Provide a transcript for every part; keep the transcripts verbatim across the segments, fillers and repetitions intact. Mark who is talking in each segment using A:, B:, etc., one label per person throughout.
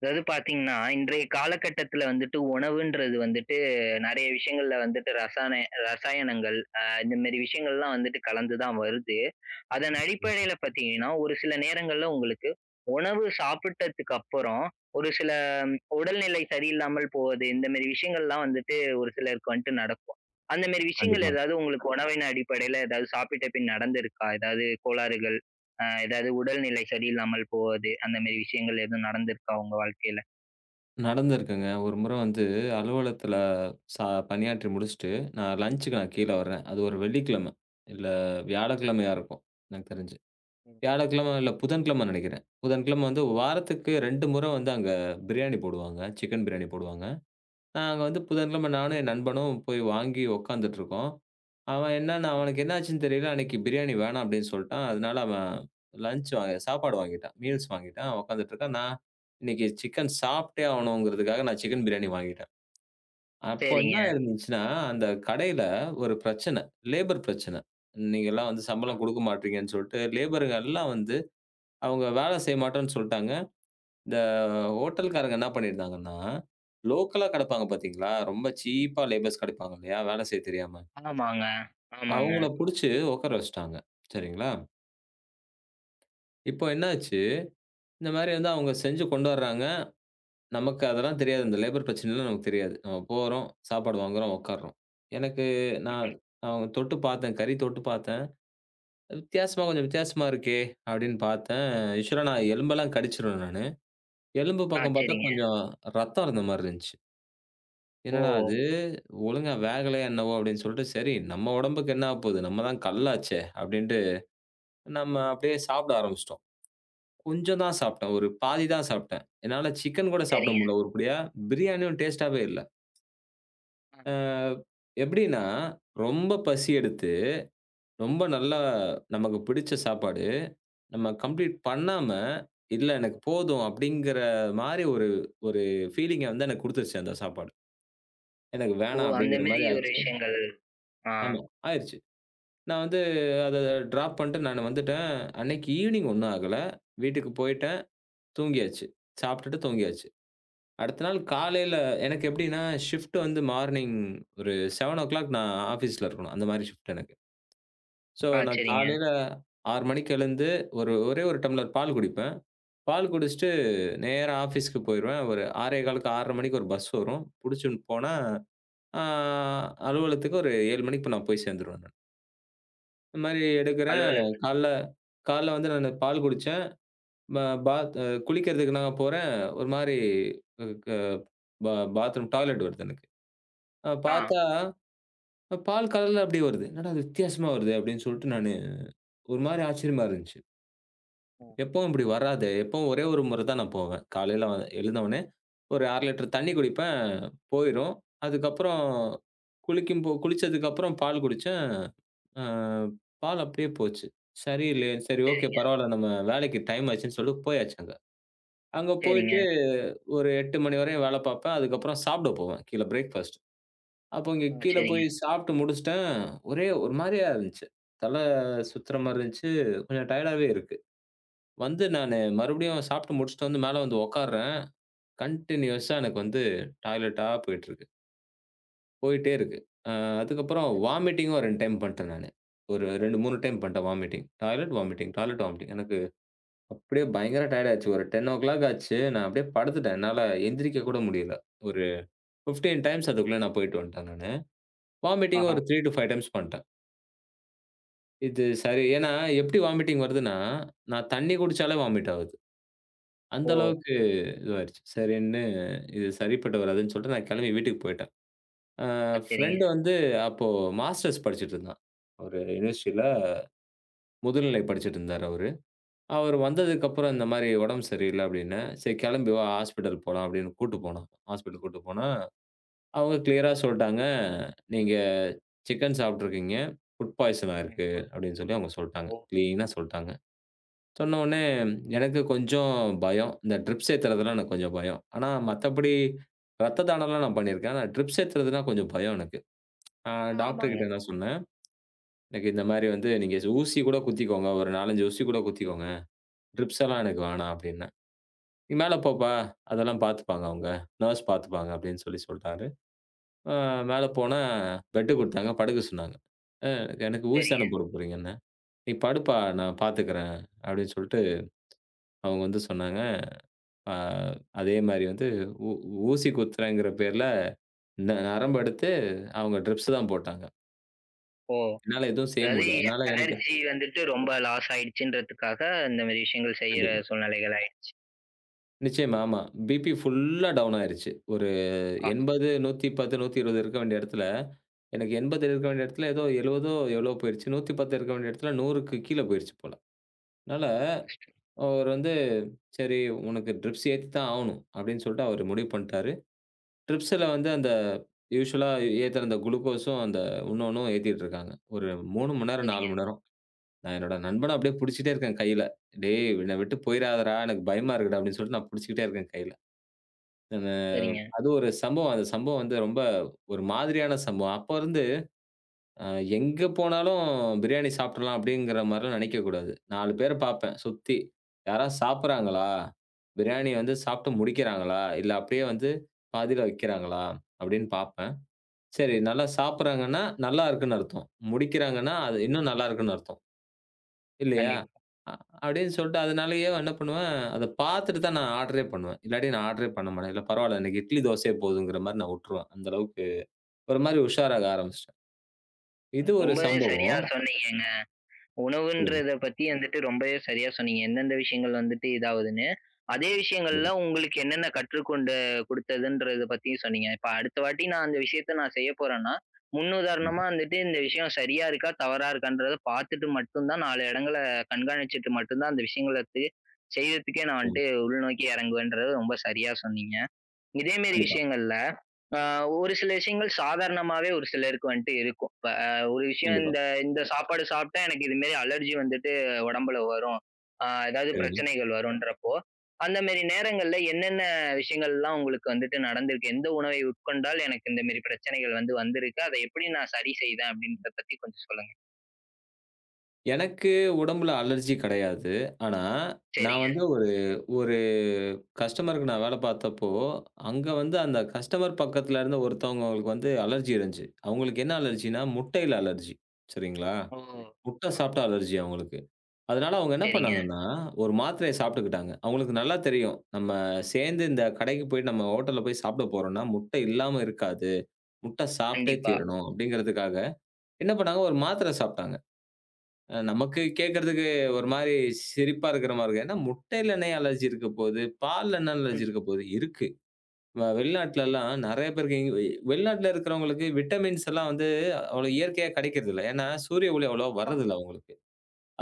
A: அதாவது பார்த்தீங்கன்னா, இன்றைய காலகட்டத்தில வந்துட்டு உணவுன்றது வந்துட்டு நெறைய விஷயங்கள்ல வந்துட்டு ரசாயன ரசாயனங்கள் அ இந்த மாரி விஷயங்கள்லாம் வந்துட்டு கலந்து தான் வருது. அதன் அடிப்படையில
B: நிச்சயமாங்க.
A: பார்த்தீங்கன்னா, ஒரு சில நேரங்கள்ல உங்களுக்கு உணவு சாப்பிட்டதுக்கு அப்புறம், ஒரு சில ம், உடல்நிலை சரியில்லாமல் போவது, இந்த மாரி விஷயங்கள்லாம் வந்துட்டு ஒரு சிலருக்கு வந்துட்டு நடக்கும். அந்த மாரி விஷயங்கள்
B: கண்டிப்பாங்க.
A: ஏதாவது உங்களுக்கு உணவின் அடிப்படையில ஏதாவது சாப்பிட்ட பின் நடந்திருக்கா? ஏதாவது கோளாறுகள்? அ ஏதாவது உடல்நிலை சரியில்லாமல் போவது, அந்த மாரி விஷயங்கள் எதுவும் நடந்திருக்கா உங்க வாழ்க்கையில?
B: நடந்திருக்குங்க. ஒரு முறை வந்து அலுவலகத்தில ச பணியாற்றி முடிச்சுட்டு, நான் லஞ்சுக்கு நான் கீழ வர்றேன். அது ஒரு வெள்ளிக்கிழமை, இல்ல வியாழக்கிழமையா இருக்கும். எனக்கு தெரிஞ்சு.
A: ம்,
B: வியாழக்கிழமை இல்ல புதன்கிழமை நெனைக்கிறேன். புதன்கிழமை வந்து வாரத்துக்கு ரெண்டு முறை வந்து அங்க பிரியாணி போடுவாங்க. சிக்கன் பிரியாணி போடுவாங்க. நாங்க வந்து புதன்கிழமை நானும் என் நண்பனும் போய் வாங்கி உட்காந்துட்டுருக்கோம். அவன் என்னன்னா
A: ம்.
B: அவனுக்கு என்ன ஆச்சுன்னு தெரியல. அன்னைக்கு பிரியாணி வேணாம் அப்படின்னு சொல்ட்டான். அதனால அவன் லஞ்ச் வாங்கி சாப்பாடு வாங்கிட்டான். மீல்ஸ் வாங்கிட்டான். உட்காந்துட்டுருக்கான். நான் இன்னைக்கு சிக்கன் சாப்பிட்டே ஆவணுங்கிறதுக்காக நான் சிக்கன் பிரியாணி வாங்கிட்டேன். அப்போ என்ன
A: சரிங்க.
B: இருந்துச்சுன்னா, அந்த கடையில ஒரு பிரச்சனை. லேபர் பிரச்சனை. நீங்கலாம் வந்து
A: அ
B: சம்பளம் குடுக்க மாட்றீங்கன்னு சொல்ட்டு, லேபருங்க எல்லாம் வந்து அவங்க வேலை செய்ய மாட்டோம்ன்னு சொல்ட்டாங்க. இந்த ஹோட்டல்காரங்க என்ன பண்ணியிருந்தாங்கன்னா, லோக்கலா கெடப்பாங்க பாத்தீங்களா? ரொம்ப சீப்பா லேபர்ஸ் கெடைப்பாங்க இல்லையா? வேல செய்ய தெரியாம.
A: ஆமாங்க,
B: அவங்கள
A: ஆமாங்க.
B: புடிச்சு உக்கார வச்சுட்டாங்க. சரிங்களா? இப்போ என்னாச்சு, இந்த மாரி வந்து அவங்க செஞ்சு கொண்டு வர்றாங்க. நமக்கு அதெல்லாம் தெரியாது. இந்த லேபர் பிரச்சனைலாம் நமக்கு தெரியாது. நம்ம போறோம், சாப்பாடு வாங்குறோம், உக்கார்றோம். எனக்கு நான்
A: ம்.
B: அவங்க தொட்டு பாத்தேன். கறி தொட்டு பாத்தேன். வித்தியாசமா கொஞ்சம் வித்தியாசமா இருக்கே! அப்டின்னு பாத்தேன். யூசுவலா நான் எலும்பெல்லாம் கடிச்சுருவேன் நானு. எலும்பு
A: ஆ
B: பக்கம் பாத்தா
A: சரிங்க.
B: கொஞ்சம் ரத்தம் இருந்த மாரி இருந்துச்சு.
A: ஓ!
B: என்னடா இது? ஒழுங்கா வேகலையா என்னவோ! அப்படின்னு சொல்லிட்டு, சரி நம்ம உடம்புக்கு என்ன ஆகப்போது? நம்ம தான் கல்லாச்சே! அப்படின்ட்டு நம்ம அப்படியே சாப்பிட ஆரம்பிச்சுட்டோம்.
A: ம்.
B: கொஞ்சம் தான் சாப்பிட்டேன். ஒரு பாதி தான் சாப்பிட்டேன். என்னால சிக்கன் கூட சாப்பிட
A: சரிங்க.
B: முடியல உருப்படியா. பிரியாணியும் டேஸ்ட்டாவே இல்ல.
A: ம்.
B: அ எப்படின்னா, ரொம்ப பசி எடுத்து, ரொம்ப நல்லா நமக்கு பிடிச்ச சாப்பாடு, நம்ம கம்ப்ளீட் பண்ணாம, "இல்ல எனக்கு போதும்" அப்படிங்கிற மாரி ஒரு ஒரு ஃபீலிங்க வந்து எனக்கு குடுத்துருச்சு அந்த சாப்பாடு. எனக்கு
A: ஓ!
B: வேணாம்
A: அந்த
B: அப்படிங்கிற
A: மாரி
B: மாரி
A: ஒரு
B: ஆச்சு.
A: விஷயங்கள். ஆ,
B: ஆமா, ஆயிருச்சு. நான் வந்து அத டிராப் பண்ட்டு நானு வந்துட்டேன். அன்னைக்கு ஈவ்னிங் ஒண்ணும் ஆகல. வீட்டுக்கு போயிட்டேன். தூங்கியாச்சு. சாப்ட்டுட்டு தூங்கியாச்சு. அடுத்த நாள் காலையில எனக்கு எப்டின்னா, ஷிஃப்ட் வந்து மார்னிங் ஒரு ஏழு மணிக்கு நான் ஆஃபீஸ்ல இருக்கணும். அந்த மாரி ஷிஃப்ட் எனக்கு. ஸோ
A: ஆ
B: நான்
A: சரிங்க.
B: காலையில ஆறு மணிக்கு எழுந்து ஒரு ஒரே 1 டம்ளர் பால் குடிப்பேன். பால் குடிச்சுட்டு நேரா ஆஃபீஸ்க்கு போயிருவேன். ஒரு 6:15க்கு ஆறு முப்பது மணிக்கு ஒரு பஸ் வரும். புடிச்சுன்னு போனா, ஆ அலுவலகத்துக்கு ஒரு ஏழு மணிக்கு நான் போய் சேர்ந்துருவேன் நானு. இந்த மாரி எடுக்கிறேன்.
A: அலுவலக
B: காலைல காலைல வந்து நானு பால் குடிச்சேன். ப பாத் அ குளிக்கிறதுக்கு நான் போறேன். ஒரு மாரி க பா பாத்ரூம் டாய்லெட் வருது எனக்கு. அ
A: ஆ.
B: பார்த்தா, பால் கலர்ல அப்படியே வருது. என்னடா இது வித்தியாசமா வருதே! அப்படின்னு சொல்லிட்டு நானு ஒரு மாரி ஆச்சரியமா இருந்துச்சு.
A: ம்.
B: எப்பவும் இப்படி வராது. எப்பவும் ஒரே ஒரு முறை தான் நான் போவேன். காலையில வ எழுந்தவுனே ஒரு அரை லிட்டர் தண்ணி குடிப்பேன். போயிரும். அதுக்கப்புறம் குளிக்கும்போ குளிச்சதுக்கப்புறம் பால் குடிச்சேன். அ பால் அப்படியே போச்சு. சரியில்லையே, சரி ஓகே
A: சரிங்க,
B: பரவால்ல நம்ம வேலைக்கு டைம் ஆச்சுன்னு சொல்லிட்டு போயாச்சு அங்க. அங்க
A: சரிங்க.
B: போயிட்டு ஒரு எட்டு மணி வரையும் வேலை பார்ப்பேன். அதுக்கப்புறம் சாப்பிட போவேன் கீழ பிரேக்ஃபாஸ்ட். அப்போ இங்க
A: ஆ ம்.
B: கீழ
A: சரிங்க.
B: போய் சாப்பிட்டு முடிச்சுட்டேன். ஒரே ஒரு மாரியா இருந்துச்சு. தல சுத்துற மாரி இருந்துச்சு. கொஞ்சம் டயர்டாவே இருக்கு. வந்து நானு மறுபடியும் சாப்பிட்டு முடிச்சுட்டு வந்து மேல வந்து உட்கார்றேன். கன்டினியூஸா எனக்கு வந்து டாய்லெட்டா போயிட்டுருக்கு. போயிட்டே இருக்கு. அ அதுக்கப்புறம் வாமிட்டிங்கும் ரெண்டு டைம் பண்ணிட்டேன் நானு. ஒரு ரெண்டு, மூணு டைம் பண்ணிட்டேன் vomiting. Toilet, vomiting, toilet, vomiting. எனக்கு அப்படியே பயங்கர டயர்ட் ஆயிருச்சு. ஒரு பத்து மணி ஆச்சு. நான் அப்படியே படுத்துட்டேன். என்னால எந்திரிக்க கூட முடியல. ஒரு பதினஞ்சு டைம்ஸ் அதுக்குள்ள நான் போயிட்டு வந்துட்டேன் நானு. வாமிட்டிங்
A: ஆஹா!
B: ஒரு மூணு டூ அஞ்சு டைம்ஸ் பண்ணிட்டேன். இது சரி ஏன்னா எப்படி வாமிட்டிங் வருதுன்னா, நான் தண்ணி குடிச்சாலே வாமிட் ஆவுது. அந்த
A: ஓ!
B: அளவுக்கு இதுவாயிருச்சு. சரின்னு இது சரிப்பட்டு வராதுன்னு சொல்லிட்டு நான் கிளம்பி வீட்டுக்கு போயிட்டேன். அ
A: ஆ சரிங்க.
B: ஃப்ரெண்ட் வந்து அப்போ மாஸ்டர்ஸ் படிச்சுட்டு இருந்தான். ஒரு யுனிவர்சிட்டியில முதுநிலை படிச்சுட்டு இருந்தாரு அவரு. அவரு வந்ததுக்கப்புறம் இந்த மாரி உடம்பு சரியில்ல அப்டின்னேன். சரி கிளம்பி வா ஹாஸ்பிட்டல் போலாம் அப்டின்னு கூட்டு போனான். ஹாஸ்பிட்டல் கூட்டு போனா, அவங்க கிளியரா சொல்ட்டாங்க, "நீங்க சிக்கன் சாப்பிட்டுருக்கீங்க. ஃபுட் பாய்சன்
A: ம்.
B: ஆயிருக்கு" அப்டின்னு சொல்லி அவங்க சொல்ட்டாங்க.
A: ஓஹோ!
B: கிளீனா சொல்ட்டாங்க. சொன்ன
A: ஆ.
B: உடனே எனக்கு கொஞ்சம் பயம். இந்த ட்ரிப்ஸ் ஏத்துறதுலாம் எனக்கு கொஞ்சம் பயம். ஆனா மத்தபடி ரத்த தானம்லாம் நான் பண்ணியிருக்கேன். ஆனா ட்ரிப்ஸ் ஏத்துறதுனா கொஞ்சம் பயம் எனக்கு. அ டாக்டர்
A: ஆமாங்க.
B: கிட்ட நான் சொன்னேன். எனக்கு இந்த மாரி வந்து நீங்க ஊசி கூட குத்திக்கோங்க. ஒரு நாலு, அஞ்சு ஊசி கூட குத்திக்கோங்க. ட்ரிப்ஸ் எல்லாம்
A: ம்.
B: எனக்கு வேணாம் அப்டின்னேன். "நீ மேல போப்பா. அதெல்லாம் பார்த்துப்பாங்க அவங்க. நர்ஸ் பார்த்துப்பாங்க" அப்டின்னு சொல்லி சொல்ட்டாரு. அ மேல போனேன் பெட் குடுத்தாங்க. படுக்க சொன்னாங்க. "அ எனக்கு ஊசி
A: சரிங்க.
B: தான போட போறீங்க?" "நீ படுப்பா நான் பார்த்துக்கிறேன்" அப்டின்னு சொல்ட்டு அவங்க வந்து சொன்னாங்க. ஆ அதே மாரி வந்து ஊ ஊசி குத்துறேங்கிற பேர்ல, ந நரம்ப எடுத்து அவங்க ட்ரிப்ஸ் தான் போட்டாங்க.
A: ஓ!
B: என்னால எதுவும் செய்ய
A: அதாவது
B: முடியல. என்னால எனக்கு
A: எனர்ஜி வந்துட்டு ரொம்ப லாஸ் ஆயிடுச்சுன்றதுக்காக இந்த மாரி விஷயங்கள் செய்யற
B: கண்டிப்பா.
A: சூழ்நிலைகள் ஆயி
B: நிச்சயமா, ஆமா. பிபி ஃபுல்லா டவுன் ஆயிருச்சு. ஒரு
A: ஆஹா!
B: எண்பது, நூத்தி பத்து, நூத்தி இருபது இருக்க வேண்டிய இடத்துல, எனக்கு எண்பது இருக்க வேண்டிய இடத்துல ஏதோ 70ஓ எவ்வளோ போயிருச்சு. நூத்தி பத்து இருக்க வேண்டிய இடத்துல 100க்கு கீழ போயிருச்சு போல. அதனால
A: ரொம்ப கஷ்டம்.
B: அவர் வந்து, "சரி உனக்கு ட்ரிப்ஸ் ஏத்தி தான் ஆவணும்" அப்படின்னு சொல்லிட்டு அவரு முடிவு பண்ணிட்டாரு. ட்ரிப்ஸ்ல வந்து அந்த யூசுவலா ஏத்துற அந்த குளுக்கோஸும், அந்த இன்னொன்னும் ஏத்திட்டுருக்காங்க. ஒரு மூணு மணி நேரம், நாலு
A: சரிங்க,
B: மணி நேரம். நான் என்னோட நண்பன அப்படியே புடிச்சுட்டே இருக்கேன் கையில. "டேய்! என்ன விட்டு போயிறாதடா! எனக்கு பயமா இருக்குடா!" அப்படின்னு சொல்லிட்டு நான் புடிச்சுக்கிட்டே இருக்கேன் கையில. நானு
A: சரிங்க.
B: அது ஒரு சம்பவம். அந்த சம்பவம் வந்து ரொம்ப ஒரு மாதிரியான சம்பவம். அப்ப இருந்து அ எங்க போனாலும் பிரியாணி சாப்ட்றலாம் அப்படிங்கிற மாரிலாம் நெனைக்கக்கூடாது. நாலு பேர பாப்பேன் சுத்தி. யாராவது சாப்பிடுறாங்களா? பிரியாணி வந்து சாப்ட்டு முடிக்கிறாங்களா? இல்ல அப்படியே வந்து பாதியில வைக்கிறாங்களா? அப்படின்னு பாப்பேன். சரி. நல்லா சாப்பிடுறாங்கன்னா, நல்லா இருக்குன்னு அர்த்தம். முடிக்கிறாங்கன்னா, அது இன்னும் நல்லா இருக்குன்னு அர்த்தம். இல்லையா?
A: கண்டிப்பா.
B: அ அப்படின்னு சொல்லிட்டு அதனாலேயே என்ன பண்ணுவேன், அத பார்த்துட்டு தான் நான் ஆர்டரே பண்ணுவேன். இல்லாட்டி நான் ஆர்டரே பண்ண மாட்டேன். இல்ல பரவால்ல இன்னைக்கு இட்லி, தோசையே போதுங்கிற மாரி நான் உட்டுருவேன். அந்த அளவுக்கு ஒரு மாரி உஷாராக ஆரம்பிச்சுட்டேன். இது ஒரு
A: ரொம்பவே சரியா
B: சம்பவம்.
A: சொன்னீங்கங்க.
B: சொல்லுங்க.
A: உணவுன்றத பத்தி வந்துட்டு ரொம்பவே சரியா சொன்னீங்க. எந்தெந்த விஷயங்கள் வந்துட்டு இதாகுதுன்னு. அதே விஷயங்கள்ல
B: கண்டிப்பா,
A: உங்களுக்கு என்னென்ன கற்றுக்கொண்டு குடுத்ததுன்றத பத்தியும் சொன்னீங்க. இப்ப அடுத்த வாட்டி நான் அந்த விஷயத்த நான் செய்ய போறேன்னா,
B: கண்டிப்பா.
A: முன்னுதாரணமா வந்துட்டு இந்த விஷயம் சரியா இருக்கா? தவறா இருக்கான்றத பார்த்துட்டு மட்டும் தான் நாலு இடங்கள கண்காணிச்சுட்டு மட்டும் தான் அந்த விஷயங்களுக்கு செய்யறதுக்கே நான் வந்துட்டு
B: சொல்லுங்க.
A: உள்நோக்கி இறங்குவேன்றத ரொம்ப சரியா சொன்னீங்க. இதே மாரி
B: கண்டிப்பா,
A: விஷயங்கள்ல ஆ ஒரு சில விஷயங்கள் சாதாரணமாவே ஒரு சிலருக்கு வந்துட்டு இருக்கும். இப்ப அ ஒரு விஷயம்
B: கண்டிப்பா.
A: இந்த இந்த சாப்பாடு சாப்பிட்டா எனக்கு இது மாரி அலர்ஜி வந்துட்டு உடம்புல வரும். ஆ ஏதாவது
B: சரிங்க.
A: பிரச்சனைகள் வரும்ன்றப்போ, அந்த மாரி நேரங்கள்ல என்னென்ன விஷயங்கள்லாம் உங்களுக்கு வந்துட்டு நடந்திருக்கு? எந்த உணவை உட்கொண்டால் எனக்கு இந்த மாரி பிரச்சனைகள் வந்து வந்திருக்கு? அதை எப்படி நான் சரி செய்தேன்? அப்படின்றத பத்தி கொஞ்சம் சொல்லுங்க.
B: எனக்கு உடம்புல அலர்ஜி கிடையாது. ஆனா, நான்
A: சரிங்க.
B: வந்து ஒரு ஒரு கஸ்டமருக்கு நான் வேலை பார்த்தப்போ, அங்க வந்து அந்த
A: ம்.
B: கஸ்டமர் பக்கத்துல இருந்த ஒருத்தவங்களுக்கு வந்து அலர்ஜி இருந்துச்சு. அவங்களுக்கு என்ன அலர்ஜின்னா, முட்டையில அலர்ஜி. சரிங்களா?
A: ஓ!
B: முட்டை
A: ஆ,
B: சாப்பிட்டா
A: ஆ, ஆ.
B: அலர்ஜி அவங்களுக்கு. அதனால அவங்க என்ன
A: சரிங்க.
B: பண்ணாங்கன்னா, ஒரு மாத்திரைய சாப்பிட்டுக்கிட்டாங்க. அவங்களுக்கு நல்லா தெரியும். நம்ம சேர்ந்து இந்த கடைக்கு போய் நம்ம ஹோட்டல்ல போய் சாப்பிட போறோம்னா, முட்டை இல்லாம இருக்காது. முட்டை சாப்பிட்டே
A: கண்டிப்பா.
B: தீரணும் அப்படிங்கிறதுக்காக என்ன பண்ணாங்க, ஒரு மாத்திரை சாப்பிட்டாங்க. அ நமக்கு கேட்கறதுக்கு ஒரு மாரி சிரிப்பா இருக்கிற மாரி இருக்கு. ஏன்னா முட்டையில என்ன அலர்ஜி இருக்க போது? பால்ல என்ன அலர்ஜி
A: ம்.
B: இருக்க போது? இருக்கு. வ வெளிநாட்டுலலாம் நெறைய பேருக்கு இங் வெ வெளிநாட்டுல இருக்கிறவங்களுக்கு விட்டமின்ஸ் எல்லாம் வந்து அவ்வளோ இயற்கையா கிடைக்கிறதில்ல. ஏன்னா சூரிய ஒளி அவ்வளவா
A: ஆமாங்க.
B: வர்றதில்ல அவங்களுக்கு.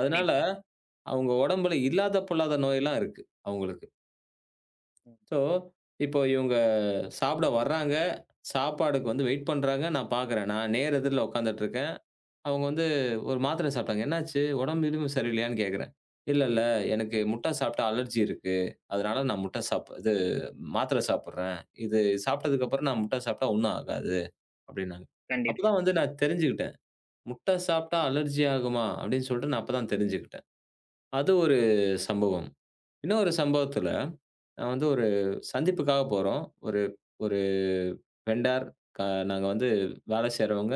B: அதனால
A: கண்டிப்பா.
B: அவங்க உடம்புல இல்லாத பொல்லாத நோயெல்லாம் இருக்கு அவங்களுக்கு.
A: ம்.
B: ஸோ, இப்போ இவங்க சாப்பிட வர்றாங்க. சாப்பாடுக்கு வந்து வெயிட் பண்றாங்க. நான் பார்க்குறேன். நான் நேர் எதிர்ல உட்கார்ந்துட்டு இருக்கேன். அவங்க வந்து ஒரு மாத்திரை சாப்பிட்டாங்க. "என்னாச்சு? உடம்பு கிடம்பு சரியில்லையான்னு?" கேட்கிறேன். "இல்ல, இல்ல எனக்கு முட்டை சாப்பிட்டா அலர்ஜி இருக்கு. அதனால நான் முட்டை சாப் இது மாத்திரை சாப்பிடுறேன். இது சாப்பிட்டதுக்கு அப்புறம் நான் முட்டை சாப்பிட்டா ஒண்ணும் ஆகாது." அப்படின்னாங்க.
A: கண்டிப்பா.
B: அப்பதான் வந்து நான் தெரிஞ்சுக்கிட்டேன். முட்டை சாப்பிட்டா அலர்ஜி ஆகுமா? அப்படின்னு சொல்லிட்டு நான் அப்பதான் தெரிஞ்சுக்கிட்டேன். அது ஒரு சம்பவம். இன்னொரு சம்பவத்துல, நான் வந்து ஒரு சந்திப்புக்காக போறோம். ஒரு ஒரு வெண்டார் க நாங்க வந்து வேலை செய்றவங்க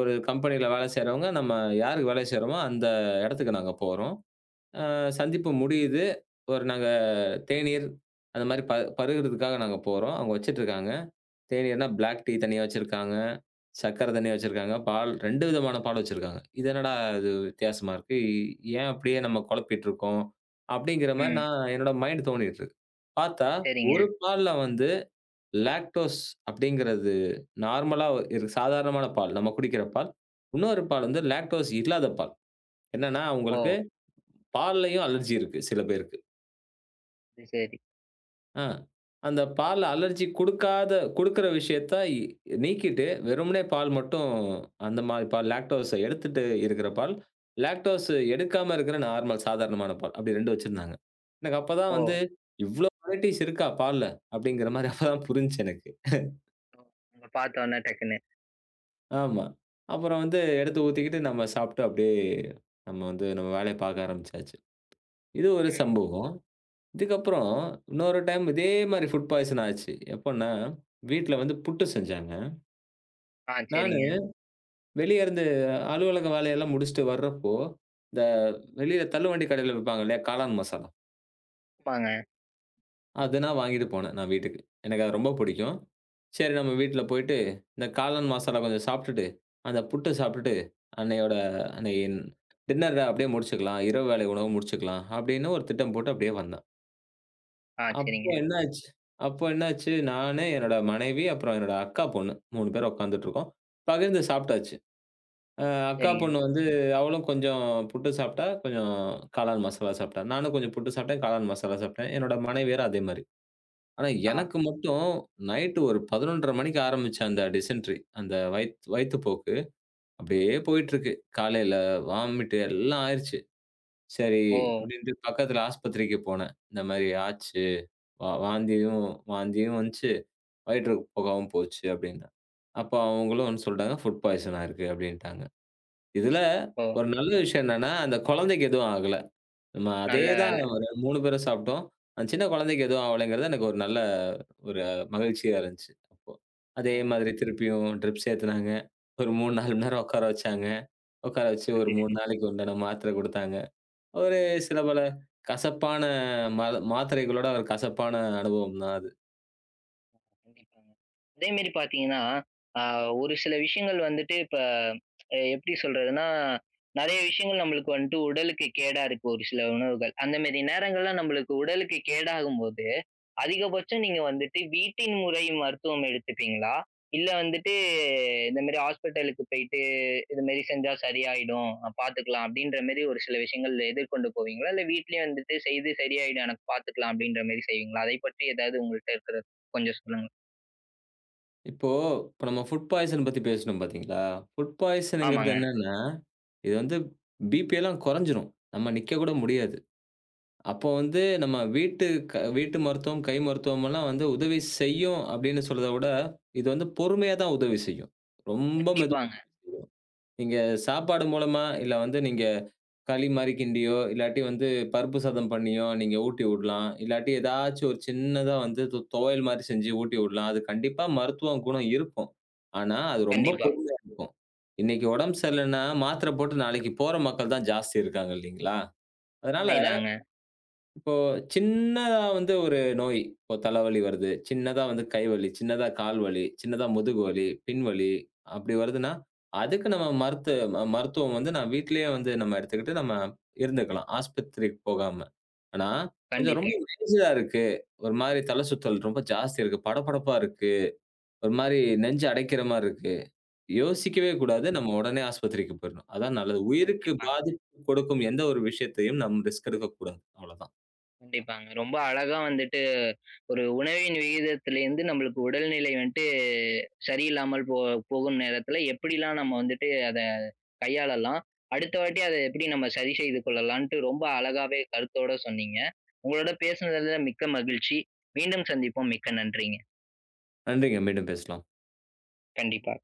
B: ஒரு கம்பெனியில வேலை செய்றவங்க, நம்ம யாருக்கு வேலை செய்றோமோ அந்த இடத்துக்கு நாங்க போறோம். அ சந்திப்பு முடியுது. ஒரு நாங்க தேநீர் அந்த மாரி ப பருகுறதுக்காக நாங்க போறோம். அவங்க வச்சுட்டுருக்காங்க. தேநீர்னா பிளாக் டீ தனியா வச்சிருக்காங்க. சர்க்கரை தனியா வச்சிருக்காங்க. பால் ரெண்டு விதமான பால் வச்சிருக்காங்க. இது என்னடா இது வித்தியாசமா இருக்கு. ஏன் அப்படியே நம்ம குழப்பிட்டு இருக்கோம்? அப்படிங்கிற மாரி
A: ம்.
B: நான் என்னோட மைண்ட் தோணிட்டு இருக்கு. பார்த்தா
A: சரிங்க.
B: ஒரு பால்ல வந்து லாக்டோஸ் அப்படிங்கிறது நார்மலா இரு சாதாரணமான பால். நம்ம குடிக்கிற பால். இன்னொரு
A: ஆ.
B: பால் வந்து லாக்டோஸ் இல்லாத பால். என்னன்னா, அவங்களுக்கு
A: ஓ!
B: பால்லயும் அலர்ஜி இருக்கு சில பேருக்கு.
A: அது சரி.
B: ஆ அந்த பால்ல அலர்ஜி குடுக்காத குடுக்கிற விஷயத்த இ நீக்கிட்டு வெறுமனே பால் மட்டும் அந்த மாரி பால் லாக்டோஸ எடுத்துட்டு இருக்கிற பால், லாக்டோஸ் எடுக்காம இருக்கிற நார்மல் சாதாரணமான பால். அப்படி ரெண்டு வச்சிருந்தாங்க. எனக்கு
A: ஓ!
B: அப்பதான் வந்து இவ்ளோ வெரைட்டீஸ் இருக்கா பால்ல? அப்படிங்கிற மாரி அப்பதான் புரிஞ்சுச்சு எனக்கு.
A: ஓ! உங்கள பார்த்தோன்னே டக்குன்னு.
B: ஆமா. அப்புறம் வந்து எடுத்து ஊத்திக்கிட்டு நம்ம சாப்பிட்டு அப்படியே நம்ம வந்து நம்ம வேலைய பார்க்க ஆரம்பிச்சாச்சு. இது ஒரு
A: ம்.
B: சம்பவம். இதுக்கப்புறம் இன்னொரு டைம் இதே மாரி ஃபுட் பாய்சன் ஆச்சு. எப்பன்னா, வீட்ல வந்து புட்டு செஞ்சாங்க.
A: ஆ
B: நானு
A: சரிங்க.
B: வெளிய இருந்து அலுவலக வேலையெல்லாம் முடிச்சுட்டு வர்றப்போ, இந்த வெளியில தள்ளுவண்டி கடையில விப்பாங்க இல்லையா? காளான் மசாலா.
A: ஆமாங்க.
B: அது நான் வாங்கிட்டு போனேன் நான் வீட்டுக்கு. எனக்கு அது ரொம்ப பிடிக்கும். சரி நம்ம வீட்ல போயிட்டு, இந்த காளான் மசாலா கொஞ்சம் சாப்பிட்டுட்டு, அந்த புட்டு சாப்பிட்டுட்டு, அன்னையோட அன்னைய டின்னர அப்படியே முடிச்சுக்கலாம். இரவு வேளை உணவு முடிச்சுக்கலாம். அப்படின்னு ஒரு திட்டம் போட்டு அப்படியே வந்தேன்.
A: ஆ
B: அப்போ
A: சரிங்க,
B: என்ன ஆச்சு அப்போ என்ன ஆச்சு, நானு, என்னோட மனைவி, அப்புறம் என்னோட அக்கா பொண்ணு மூணு பேர் உட்காந்துட்டு இருக்கோம். பகிர்ந்து சாப்பிட்டாச்சு. அ அக்கா
A: சரிங்க.
B: பொண்ணு வந்து அவளும் கொஞ்சம் புட்டு சாப்பிட்டா, கொஞ்சம் காளான் மசாலா சாப்பிட்டா. நானும் கொஞ்சம் புட்டு சாப்பிட்டேன், காளான் மசாலா சாப்பிட்டேன். என்னோட மனைவியரும் அதே மாரி. ஆனா,
A: ஆ.
B: எனக்கு மட்டும் நைட்டு ஒரு பதினொன்றரை மணிக்கு ஆரம்பிச்ச அந்த டிசென்ட்ரி, அந்த வயித் வயித்துப்போக்கு அப்படியே போயிட்டுருக்கு. காலையில வாமிட்டு எல்லாம் ஆயிருச்சு. சரி
A: ஓ!
B: அப்படின்ட்டு பக்கத்துல ஆஸ்பத்திரிக்கு போனேன். இந்த மாரி ஆச்சு. வா வாந்தியும் வாந்தியும் வந்துச்சு. வயிற்றுக்கு போகாவும் போச்சு அப்படின்னு. அப்போ அவங்களும் வந்து சொல்ட்டாங்க, ஃபுட் பாய்சன் ஆயிருக்கு அப்படின்ட்டாங்க. இதுல
A: ஓ!
B: ஒரு நல்ல விஷயம் என்னன்னா, அந்த குழந்தைக்கு எதுவும் ஆகல. நம்ம அதே
A: நல்ல
B: தான்
A: வேலை.
B: ஒரு மூணு பேரும் சாப்பிட்டோம். அந்த சின்ன குழந்தைக்கு எதுவும் ஆவலங்கிறது எனக்கு ஒரு நல்ல ஒரு மகிழ்ச்சியா இருந்துச்சு. அப்போ அதே
A: ஓ!
B: மாதிரி திருப்பியும் ட்ரிப்ஸ் ஏத்துனாங்க. ஒரு மூணு, நாலு மணி நேரம் உட்கார வச்சாங்க. உட்கார வச்சு
A: அது
B: ஒரு மூணு
A: பிஸி.
B: நாளைக்கு உண்டான மாத்திரை குடுத்தாங்க. ஒரு சில பல கசப்பான மா மாத்திரைகளோட ஒரு கசப்பான அனுபவம் தான் அது.
A: கண்டிப்பாங்க. அதே மாரி பார்த்தீங்கன்னா, அ ஒரு சில விஷயங்கள் வந்துட்டு இப்ப எப்படி சொல்றதுன்னா, நெறைய விஷயங்கள் நம்மளுக்கு வந்துட்டு உடலுக்கு கேடா இருக்கு ஒரு சில உணவுகள். அந்த மாரி நேரங்கள்ல நம்மளுக்கு உடலுக்கு கேடாகும்போது அதிகபட்சம் நீங்க வந்துட்டு வீட்டின் முறை மருத்துவம் எடுத்துப்பீங்களா? இல்ல வந்துட்டு இந்த மாரி ஹாஸ்பிட்டலுக்கு போயிட்டு, "இது மாரி செஞ்சா சரியாயிடும். அ பாத்துக்கலாம்." அப்படீன்ற மாரி ஒரு சில விஷயங்கள் எதிர்கொண்டு போவீங்களா? இல்ல வீட்லயே வந்துட்டு, "செய்து சரியாயிடும். எனக்கு பாத்துக்கலாம்." அப்படீன்ற மாரி செய்வீங்களா? அதைப் பற்றி ஏதாவது உங்கள்ட்ட இருக்கிறது கொஞ்சம் சொல்லுங்க.
B: இப்போ இப்ப நம்ம ஃபுட் பாய்சன் பத்தி பேசினோம் பார்த்தீங்களா? ஃபுட் பாய்சன்ங்கிறது
A: ஆமாங்க. ம்.
B: என்னன்னா, இது வந்து பிபி எல்லாம் குறைஞ்சிரும். நம்ம நிக்க கூட முடியாது. அப்போ வந்து நம்ம வீட்டு க வீட்டு மருத்துவம், கை மருத்துவமெல்லாம் வந்து உதவி செய்யும் அப்படின்னு சொல்றத விட, இது வந்து பொறுமையா தான் உதவி செய்யும். ரொம்ப மெதுவா
A: கண்டிப்பாங்க.
B: உதவி செய்யும். நீங்க சாப்பாடு மூலமா, இல்ல வந்து நீங்க களி மாரி கிண்டியோ, இல்லாட்டி வந்து பருப்பு சாதம் பண்ணியோ நீங்க ஊட்டி விடலாம். இல்லாட்டி ஏதாச்சும் ஒரு சின்னதா வந்து தொ துவையல் மாரி செஞ்சு ஊட்டி விடலாம். அது கண்டிப்பா மருத்துவ குணம் இருக்கும். ஆனா, அது ரொம்ப
A: கண்டிப்பா.
B: பொறுமையா இருக்கும். இன்னைக்கு உடம்பு சரியில்லன்னா, மாத்திரை போட்டு நாளைக்கு போற மக்கள் தான் ஜாஸ்தி இருக்காங்க இல்லைங்களா? அதனால
A: உண்மைதாங்க.
B: இப்போ சின்னதா வந்து ஒரு நோய். இப்போ தலைவலி வருது. சின்னதா வந்து கை வலி, சின்னதா கால் வலி, சின்னதா முதுகு வலி, பின் வலி அப்படி வருதுன்னா, அதுக்கு நம்ம மருத்து ம மருத்துவம் வந்து நான் வீட்டிலேயே வந்து நம்ம எடுத்துக்கிட்டு நம்ம இருந்துக்கலாம். ஆஸ்பத்திரிக்கு போகாம. ஆனா, கொஞ்சம்
A: கண்டிப்பா.
B: ரொம்ப மேஜரா இருக்கு. ஒரு மாரி தல சுத்தல் ரொம்ப ஜாஸ்தி இருக்கு. படபடப்பா இருக்கு. ஒரு மாரி நெஞ்சு அடைக்கிற மாரி இருக்கு. யோசிக்கவே
A: ம்.
B: கூடாது. நம்ம உடனே ஆஸ்பத்திரிக்கு போயிரணும். அதான் நல்லது. உயிருக்கு
A: கண்டிப்பாங்க.
B: பாதிப்பு கொடுக்கும் எந்த ஒரு விஷயத்தையும் நம்ம ரிஸ்க் எடுக்கக்கூடாது. அவ்வளதான்.
A: கண்டிப்பாங்க. ரொம்ப அழகா வந்துட்டு ஒரு உணவின் விகிதத்திலேருந்து நம்மளுக்கு உடல்நிலை வந்துட்டு சரியில்லாமல் போ போகும் நேரத்துல எப்படிலாம் நம்ம வந்துட்டு அத கையாளலாம்? அடுத்த வாட்டி அத எப்படி நம்ம சரி செய்து கொள்ளலான்ட்டு ரொம்ப அழகாவே கருத்தோட சொன்னீங்க. உங்களோட பேசுனதுல மிக்க மகிழ்ச்சி. மீண்டும் சந்திப்போம். மிக்க நன்றிங்க.
B: நன்றிங்க. மீண்டும் பேசலாம்.
A: கண்டிப்பா.